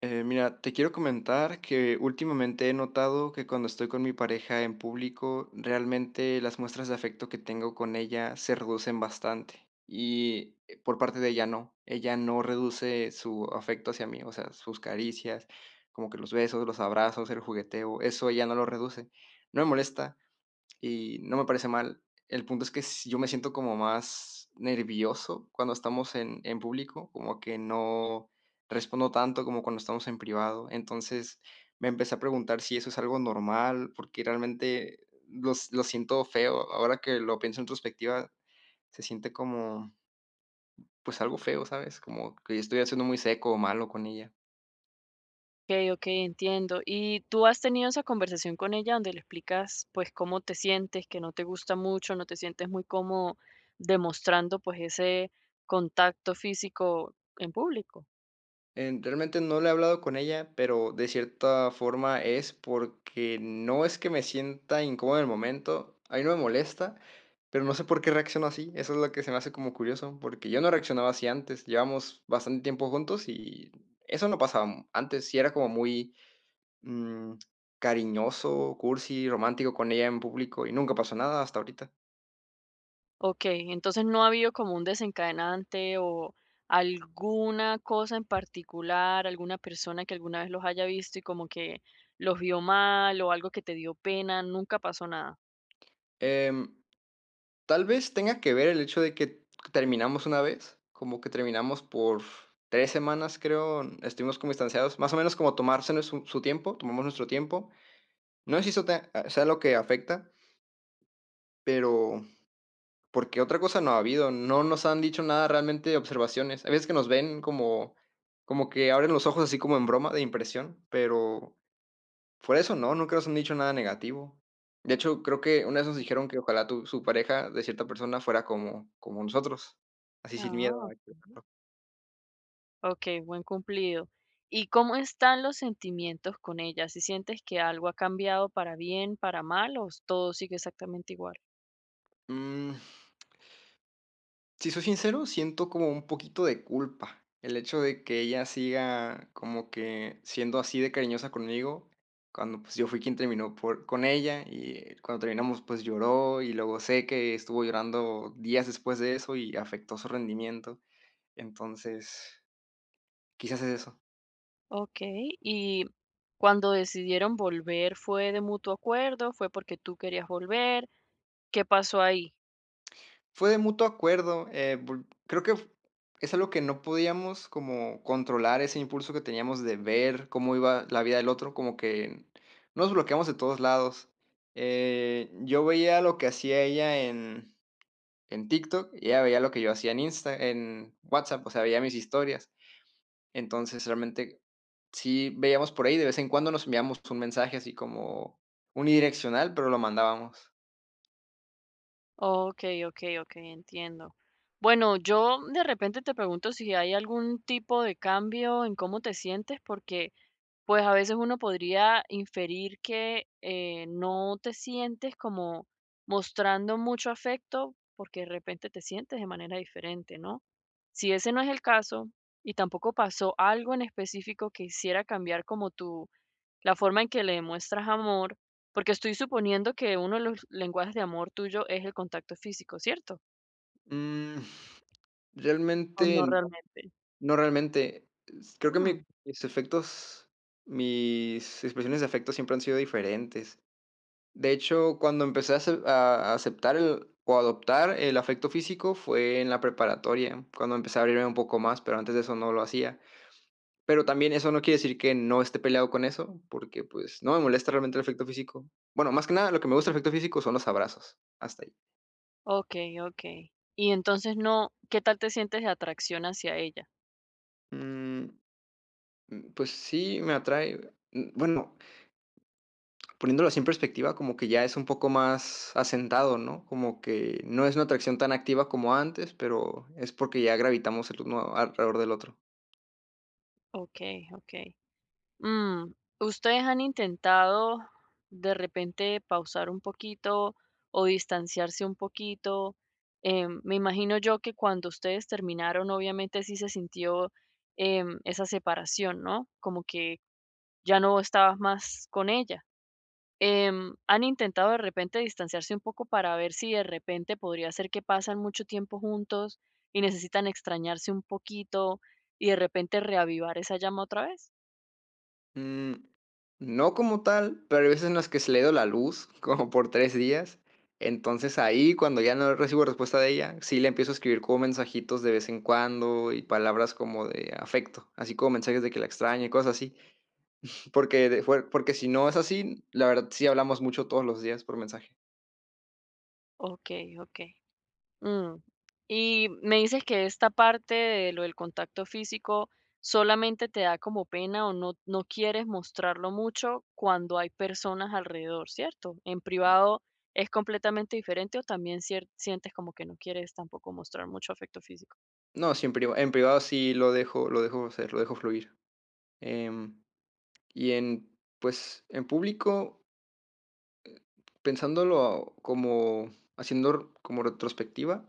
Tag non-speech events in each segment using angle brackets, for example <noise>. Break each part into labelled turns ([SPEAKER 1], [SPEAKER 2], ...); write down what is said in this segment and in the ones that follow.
[SPEAKER 1] Mira, te quiero comentar que últimamente he notado que cuando estoy con mi pareja en público, realmente las muestras de afecto que tengo con ella se reducen bastante. Y por parte de ella no. Ella no reduce su afecto hacia mí, o sea, sus caricias, como que los besos, los abrazos, el jugueteo, eso ella no lo reduce. No me molesta, y no me parece mal. El punto es que s yo me siento como más nervioso cuando estamos en público, como que no respondo tanto como cuando estamos en privado. Entonces, me empecé a preguntar si eso es algo normal, porque realmente lo siento feo. Ahora que lo pienso en retrospectiva, se siente como, pues, algo feo, ¿sabes? Como que estoy haciendo muy seco o malo con ella.
[SPEAKER 2] Okey, okey, entiendo. ¿Y tú has tenido esa conversación con ella donde le explicas, pues, cómo te sientes, que no te gusta mucho, no te sientes muy cómodo demostrando, pues, ese contacto físico en público?
[SPEAKER 1] Realmente no le he hablado con ella, pero de cierta forma es porque no es que me sienta incómodo en el momento, a mí no me molesta, pero no sé por qué reacciono así, eso es lo que se me hace como curioso, porque yo no reaccionaba así antes, llevamos bastante tiempo juntos y eso no pasaba antes, sí era como muy mm, cariñoso, cursi, romántico con ella en público y nunca pasó nada hasta ahorita.
[SPEAKER 2] Okey, entonces no ha habido como un desencadenante o alguna cosa en particular, alguna persona que alguna vez los haya visto y como que los vio mal o algo que te dio pena, nunca pasó nada.
[SPEAKER 1] Em, Tal vez tenga que ver el hecho de que terminamos una vez, como que terminamos por 3 semanas, creo, estuvimos como distanciados, más o menos como tomársenos su tiempo, tomamos nuestro tiempo. No sé si eso te sea lo que afecta, pero porque otra cosa no ha habido, no nos han dicho nada realmente de observaciones. Hay veces que nos ven como que abren los ojos así como en broma de impresión, pero fuera eso, no, nunca nos han dicho nada negativo. De hecho, creo que una vez nos dijeron que ojalá tu su pareja de cierta persona fuera como nosotros, así sin miedo
[SPEAKER 2] Ah,
[SPEAKER 1] a
[SPEAKER 2] okey.
[SPEAKER 1] expresarlo.
[SPEAKER 2] Okey, buen cumplido. ¿Y cómo están los sentimientos con ella? ¿Si ¿sientes que algo ha cambiado para bien, para mal, o todo sigue exactamente igual?
[SPEAKER 1] Mm, si soy sincero, siento como un poquito de culpa. El hecho de que ella siga como que siendo así de cariñosa conmigo, cuando, pues, yo fui quien terminó por con ella, y cuando terminamos, pues, lloró, y luego sé que estuvo llorando días después de eso y afectó su rendimiento. Entonces, quizás es eso.
[SPEAKER 2] Okey, y cuando decidieron volver, ¿fue de mutuo acuerdo? ¿Fue porque tú querías volver? ¿Qué pasó ahí?
[SPEAKER 1] Fue de mutuo acuerdo, vol creo que f es algo que no podíamos como controlar ese impulso que teníamos de ver cómo iba la vida del otro, como que nos bloqueamos de todos lados. Yo veía lo que hacía ella en TikTok, y ella veía lo que yo hacía en Insta en WhatsApp, o sea, veía mis historias. Entonces, realmente sí veíamos por ahí, de vez en cuando nos enviamos un mensaje así como unidireccional, pero lo mandábamos.
[SPEAKER 2] Okey, okey, okey, entiendo. Bueno, yo de repente te pregunto si hay algún tipo de cambio en cómo te sientes, porque pues a veces uno podría inferir que no te sientes como mostrando mucho afecto porque de repente te sientes de manera diferente, ¿no? Si ese no es el caso y tampoco pasó algo en específico que hiciera cambiar como tú, la forma en que le demuestras amor, porque estoy suponiendo que uno de los lenguajes de amor tuyo es el contacto físico, ¿cierto?
[SPEAKER 1] Mm,
[SPEAKER 2] ¿O no
[SPEAKER 1] Realmente
[SPEAKER 2] realmente?
[SPEAKER 1] no, realmente, s creo que mi
[SPEAKER 2] Mm,
[SPEAKER 1] mis efectos mis expresiones de afecto siempre han sido diferentes. De hecho, cuando empecé a aceptar el o adoptar el afecto físico fue en la preparatoria, cuando empecé a abrirme un poco más, pero antes de eso no lo hacía. Pero también eso no quiere decir que no esté peleado con eso, porque, pues, no me molesta realmente el afecto físico. Bueno, más que nada, lo que me gusta del afecto físico son los abrazos, hasta ahí.
[SPEAKER 2] ok, ok. Y entonces no, ¿qué tal te sientes de atracción hacia ella?
[SPEAKER 1] Mm, pues sí, me atrae, bueno. Poniéndolo así en perspectiva, como que ya es un poco más asentado, ¿no? Como que no es una atracción tan activa como antes, pero es porque ya gravitamos el uno alrededor del otro.
[SPEAKER 2] Ok, ok. Mm, ¿Ustedes han intentado de repente pausar un poquito o distanciarse un poquito? Me imagino yo que cuando ustedes terminaron, obviamente sí se sintió esa separación, ¿no? Como que ya no estabas más con ella. ¿Han intentado de repente distanciarse un poco para ver si de repente podría ser que pasan mucho tiempo juntos y necesitan extrañarse un poquito y de repente reavivar esa llama otra vez?
[SPEAKER 1] Mm, no como tal, pero hay veces en las que se le ha ido la luz, <laughs> como por 3 días. Entonces ahí, cuando ya no recibo respuesta de ella, sí le empiezo a escribir como mensajitos de vez en cuando y palabras como de afecto, así como mensajes de que la extraña y cosas así. Porque de fuer porque si no es así, la verdad sí hablamos mucho todos los días por mensaje.
[SPEAKER 2] Ok, ok. Mm. Y me dices que esta parte de lo del contacto físico solamente te da como pena o no, no quieres mostrarlo mucho cuando hay personas alrededor, ¿cierto? En privado es completamente diferente o también sientes como que no quieres tampoco mostrar mucho afecto físico.
[SPEAKER 1] No, sí, en privado sí lo dejo hacer, lo dejo fluir. Em, y en, pues, en público, pensándolo como haciendo como retrospectiva,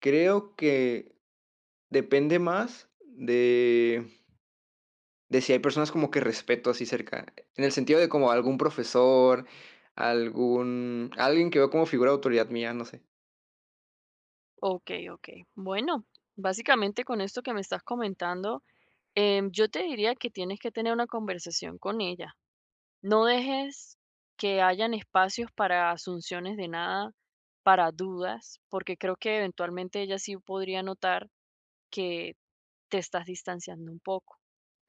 [SPEAKER 1] creo que depende más de si hay personas como que respeto así cerca, en el sentido de como algún profesor, algún alguien que veo como figura de autoridad mía, no sé.
[SPEAKER 2] Ok, ok. Bueno, básicamente con esto que me estás comentando, yo te diría que tienes que tener una conversación con ella. No dejes que hayan espacios para asunciones de nada, para dudas, porque creo que eventualmente ella sí podría notar que te estás distanciando un poco.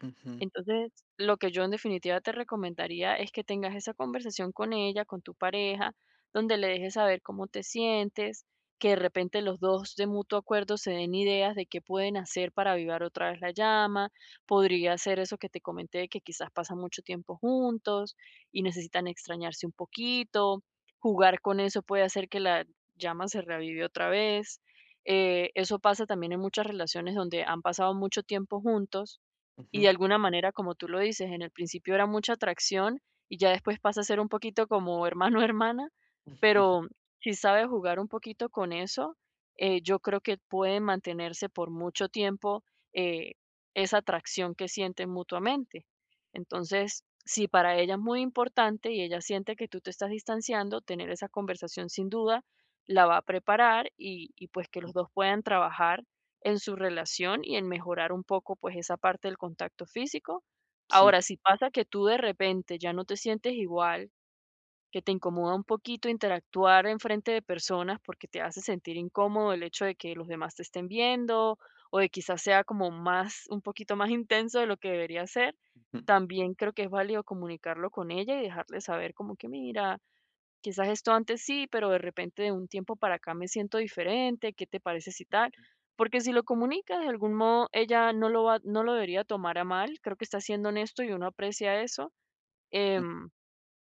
[SPEAKER 1] Ujú,
[SPEAKER 2] Entonces, lo que yo en definitiva te recomendaría es que tengas esa conversación con ella, con tu pareja, donde le dejes saber cómo te sientes, que de repente los dos de mutuo acuerdo se den ideas de qué pueden hacer para avivar otra vez la llama. Podría ser eso que te comenté, de que quizás pasan mucho tiempo juntos y necesitan extrañarse un poquito. Jugar con eso puede hacer que la llama se reavive otra vez. Eso pasa también en muchas relaciones donde han pasado mucho tiempo juntos
[SPEAKER 1] ujú,
[SPEAKER 2] y de alguna manera, como tú lo dices, en el principio era mucha atracción y ya después pasa a ser un poquito como hermano <laughs> hermana,
[SPEAKER 1] ujú,
[SPEAKER 2] pero si sabe jugar un poquito con eso, yo creo que pueden mantenerse por mucho tiempo eh, esa atracción que sienten mutuamente. Entonces, si para ella es muy importante y ella siente que tú te estás distanciando, tener esa conversación sin duda la va a preparar y pues que los dos puedan trabajar en su relación y en mejorar un poco, pues, esa parte del contacto físico. Ahora,
[SPEAKER 1] sí,
[SPEAKER 2] si pasa que tú de repente ya no te sientes igual, que te incomoda un poquito interactuar enfrente de personas porque te hace sentir incómodo el hecho de que los demás te estén viendo o de quizás sea como más un poquito más intenso de lo que debería ser,
[SPEAKER 1] ujú,
[SPEAKER 2] también creo que es válido comunicarlo con ella y dejarle saber como que: "Mira, quizás esto antes sí, pero de repente de un tiempo para acá me siento diferente, ¿qué te parece si tal? Porque si lo comunica de algún modo, ella no no lo debería tomar a mal, creo que está siendo honesto y uno aprecia eso.
[SPEAKER 1] mm,
[SPEAKER 2] em,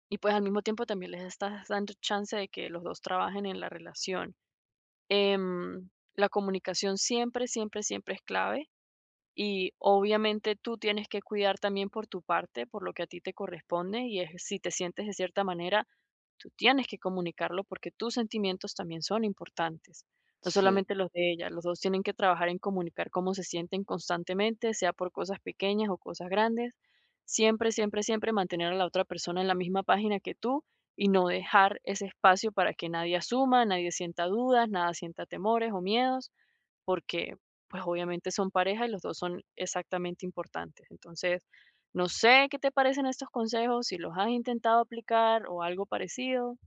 [SPEAKER 2] y pues al mismo tiempo también les estás dando chance de que los dos trabajen en la relación. La comunicación siempre, siempre, siempre es clave y obviamente tú tienes que cuidar también por tu parte, por lo que a ti te corresponde, y es si te sientes de cierta manera, tú tienes que comunicarlo porque tus sentimientos también son importantes, no
[SPEAKER 1] sí.
[SPEAKER 2] solamente los de ella, los dos tienen que trabajar en comunicar cómo se sienten constantemente, sea por cosas pequeñas o cosas grandes, siempre, siempre, siempre mantener a la otra persona en la misma página que tú y no dejar ese espacio para que nadie asuma, nadie sienta dudas, nada sienta temores o miedos porque pues obviamente son pareja y los 2 son exactamente importantes. Entonces, no sé qué te parecen estos consejos, si los has intentado aplicar o algo parecido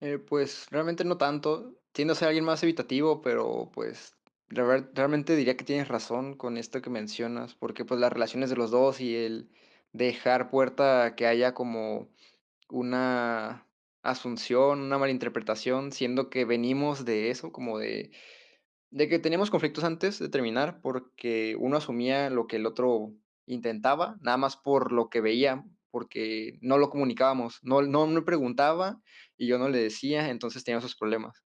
[SPEAKER 1] Pues, realmente no tanto. Tiendo a ser alguien más evitativo, pero, pues, la verdad, realmente diría que tienes razón con esto que mencionas, porque, pues, las relaciones de los 2 y el dejar puerta a que haya como una asunción, una malinterpretación, siendo que venimos de eso, como de que teníamos conflictos antes de terminar, porque uno asumía lo que el otro intentaba, nada más por lo que veía, porque no lo comunicábamos, no me preguntaba y yo no le decía, entonces tenía sus problemas.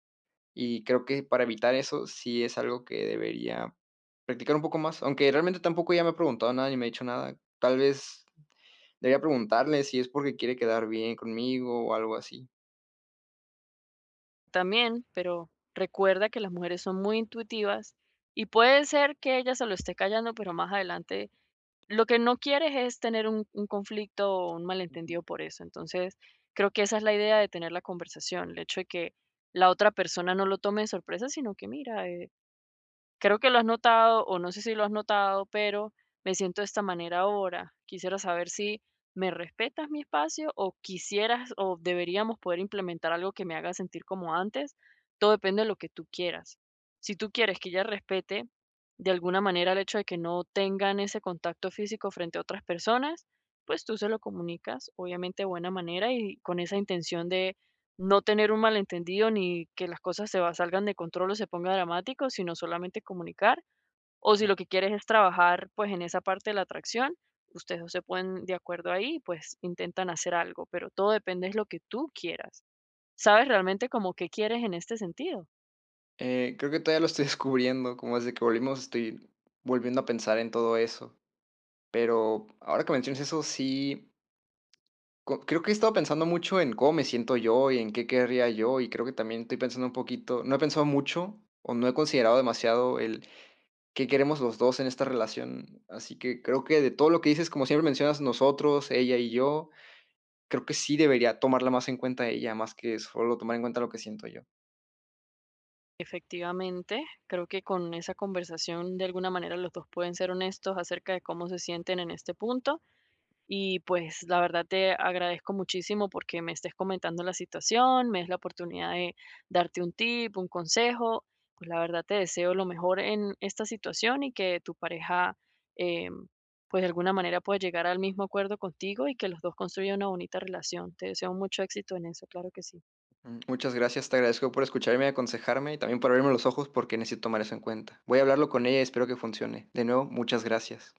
[SPEAKER 1] Y creo que para evitar eso sí es algo que debería practicar un poco más, aunque realmente tampoco ella me ha preguntado nada ni me ha dicho nada. Tal vez debería preguntarle si es porque quiere quedar bien conmigo o algo así.
[SPEAKER 2] también, pero recuerda que las mujeres son muy intuitivas y puede ser que ella se lo esté callando, pero más adelante lo que no quieres es tener un conflicto o un malentendido por eso. Entonces, creo que esa es la idea de tener la conversación, el hecho de que la otra persona no lo tome de sorpresa, sino que mira, creo que lo has notado, o no sé si lo has notado, pero me siento de esta manera ahora. Quisiera saber si me respetas mi espacio o quisieras o deberíamos poder implementar algo que me haga sentir como antes. Todo depende de lo que tú quieras. Si tú quieres que ella respete de alguna manera el hecho de que no tengan ese contacto físico frente a otras personas, pues tú se lo comunicas, obviamente de buena manera y con esa intención de no tener un malentendido ni que las cosas se va salgan de control o se ponga dramático, sino solamente comunicar, o si lo que quieres es trabajar, pues, en esa parte de la atracción, ustedes 2 se ponen de acuerdo ahí, y pues, intentan hacer algo, pero todo depende de lo que tú quieras. ¿Sabes realmente como qué quieres en este sentido?
[SPEAKER 1] Creo que todavía lo estoy <laughs> descubriendo, como desde que volvimos estoy volviendo a pensar en todo eso. Pero ahora que mencionas eso, sí, co creo que he estado pensando mucho en cómo me siento yo y en qué querría yo, y creo que también estoy pensando un poquito no he pensado mucho o no he considerado demasiado el qué queremos los 2 en esta relación. Así que creo que de todo lo que dices, como siempre mencionas nosotros, ella y yo, creo que sí debería tomarla más en cuenta ella, más que solo tomar en cuenta lo que siento yo.
[SPEAKER 2] Efectivamente, creo que con esa conversación, de alguna manera, los 2 pueden ser honestos acerca de cómo se sienten en este punto. Y pues la verdad te agradezco muchísimo porque me estés comentando la situación, me des la oportunidad de darte un tip, un consejo. Pues la verdad te deseo lo mejor en esta situación y que tu pareja, eh, pues de alguna manera pueda llegar al mismo acuerdo contigo y que los dos construyan una bonita relación. Te deseo mucho éxito en eso, claro que sí.
[SPEAKER 1] Muchas gracias, te agradezco por escucharme y aconsejarme y también por abrirme los ojos porque necesito tomar eso en cuenta. Voy a hablarlo con ella y espero que funcione. De nuevo, muchas gracias.